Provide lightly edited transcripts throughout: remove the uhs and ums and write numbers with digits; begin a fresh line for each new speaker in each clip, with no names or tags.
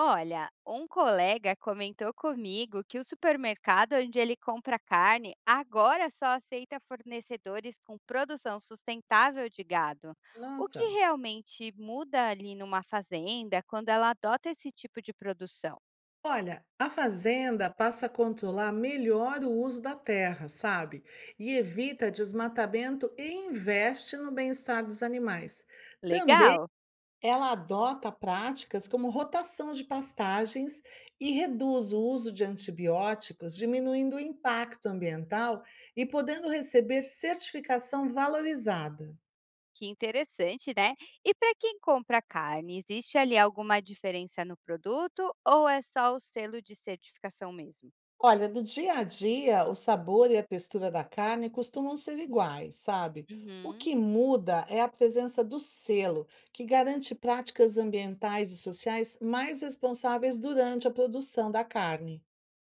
Olha, um colega comentou comigo que o supermercado onde ele compra carne agora só aceita fornecedores com produção sustentável de gado. O que
Nossa.
realmente muda ali numa fazenda quando ela adota esse tipo de produção?
Olha, a fazenda passa a controlar melhor o uso da terra, sabe? E evita desmatamento e investe no bem-estar dos animais. Também
Legal,
ela adota práticas como rotação de pastagens e reduz o uso de antibióticos, diminuindo o impacto ambiental e podendo receber certificação valorizada.
que interessante, né? E para quem compra carne, existe ali alguma diferença no produto ou é só o selo de certificação mesmo?
Olha, do dia a dia, o sabor e a textura da carne costumam ser iguais, sabe? O
Uhum.
que muda é a presença do selo, que garante práticas ambientais e sociais mais responsáveis durante a produção da carne.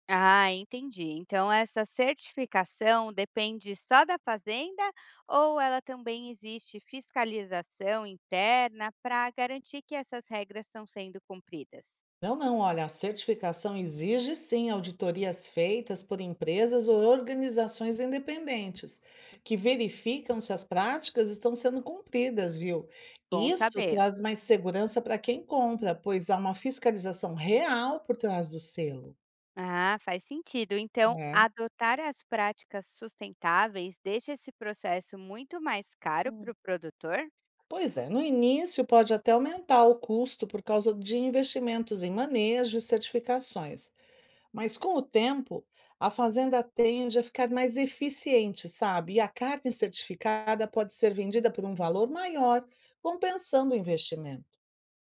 Ah, entendi. Então essa certificação depende só da fazenda ou ela também existe fiscalização interna para garantir que essas regras estão sendo cumpridas?
Não, não, olha, a certificação exige sim auditorias feitas por empresas ou organizações independentes, que verificam se as práticas estão sendo cumpridas, viu?
Bom
Isso
saber.
traz mais segurança para quem compra, pois há uma fiscalização real por trás do selo,
Ah, faz sentido. Então,
né?
adotar as práticas sustentáveis deixa esse processo muito mais caro para
Hum,
o produtor?
Pois é, no início pode até aumentar o custo por causa de investimentos em manejo e certificações. Mas com o tempo, a fazenda tende a ficar mais eficiente, sabe? E a carne certificada pode ser vendida por um valor maior, compensando o investimento.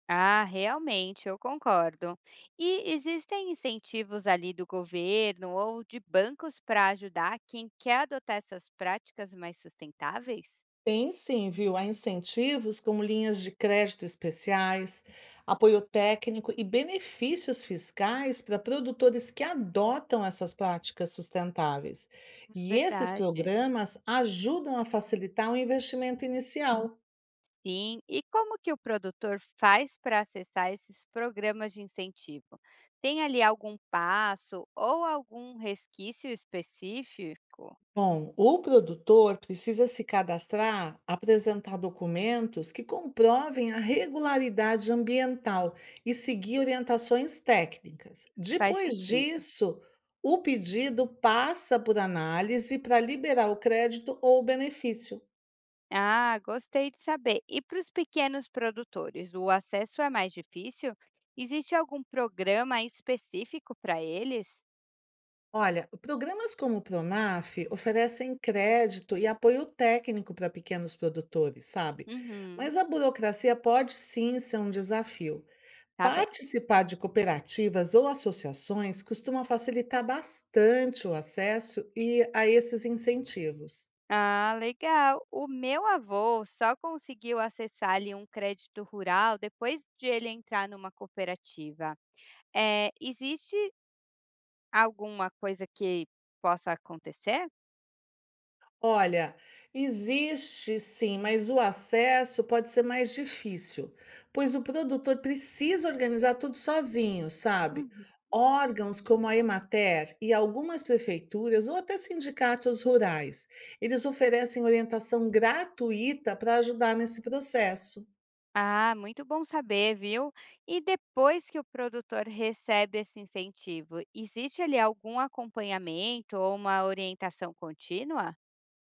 Ah, realmente, eu concordo. E existem incentivos ali do governo ou de bancos para ajudar quem quer adotar essas práticas mais sustentáveis?
Tem sim, viu? Há incentivos como linhas de crédito especiais, apoio técnico e benefícios fiscais para produtores que adotam essas práticas sustentáveis. E esses
Verdade.
programas ajudam a facilitar o investimento inicial.
Sim. E como que o produtor faz para acessar esses programas de incentivo? Tem ali algum passo ou algum resquício específico?
Bom, o produtor precisa se cadastrar, apresentar documentos que comprovem a regularidade ambiental e seguir orientações técnicas.
Faz
Depois
sentido.
disso, o pedido passa por análise para liberar o crédito ou o benefício.
Ah, gostei de saber. E para os pequenos produtores, o acesso é mais difícil? Existe algum programa específico para eles?
Olha, programas como o Pronaf oferecem crédito e apoio técnico para pequenos produtores, sabe?
Uhum.
Mas a burocracia pode sim ser um desafio.
Tá bem.
Participar de cooperativas ou associações costuma facilitar bastante o acesso e a esses incentivos.
Ah, legal. O meu avô só conseguiu acessar ali um crédito rural depois de ele entrar numa cooperativa. É, existe alguma coisa que possa acontecer?
Olha, existe sim, mas o acesso pode ser mais difícil, pois o produtor precisa organizar tudo sozinho, sabe?
Uhum.
Órgãos como a Emater e algumas prefeituras ou até sindicatos rurais, eles oferecem orientação gratuita para ajudar nesse processo.
Ah, muito bom saber, viu? E depois que o produtor recebe esse incentivo, existe ali algum acompanhamento ou uma orientação contínua?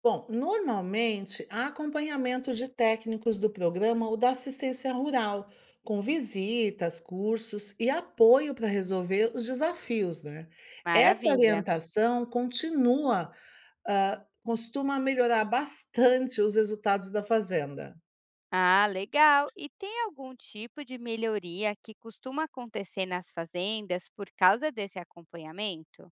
Bom, normalmente há acompanhamento de técnicos do programa ou da assistência rural, com visitas, cursos e apoio para resolver os desafios, né? Essa
Maravilha.
orientação continua, costuma melhorar bastante os resultados da fazenda.
Ah, legal. E tem algum tipo de melhoria que costuma acontecer nas fazendas por causa desse acompanhamento?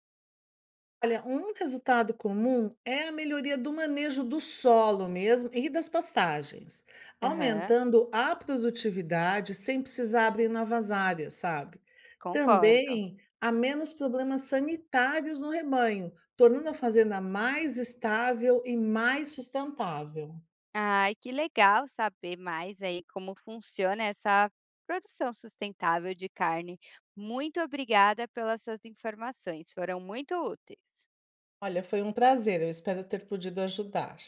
Olha, um resultado comum é a melhoria do manejo do solo mesmo e das pastagens,
Aham,
aumentando a produtividade sem precisar abrir novas áreas, sabe?
concordo.
Também há menos problemas sanitários no rebanho, tornando a fazenda mais estável e mais sustentável.
Ai, que legal saber mais aí como funciona essa produção sustentável de carne. Muito obrigada pelas suas informações, foram muito úteis.
Olha, foi um prazer, eu espero ter podido ajudar.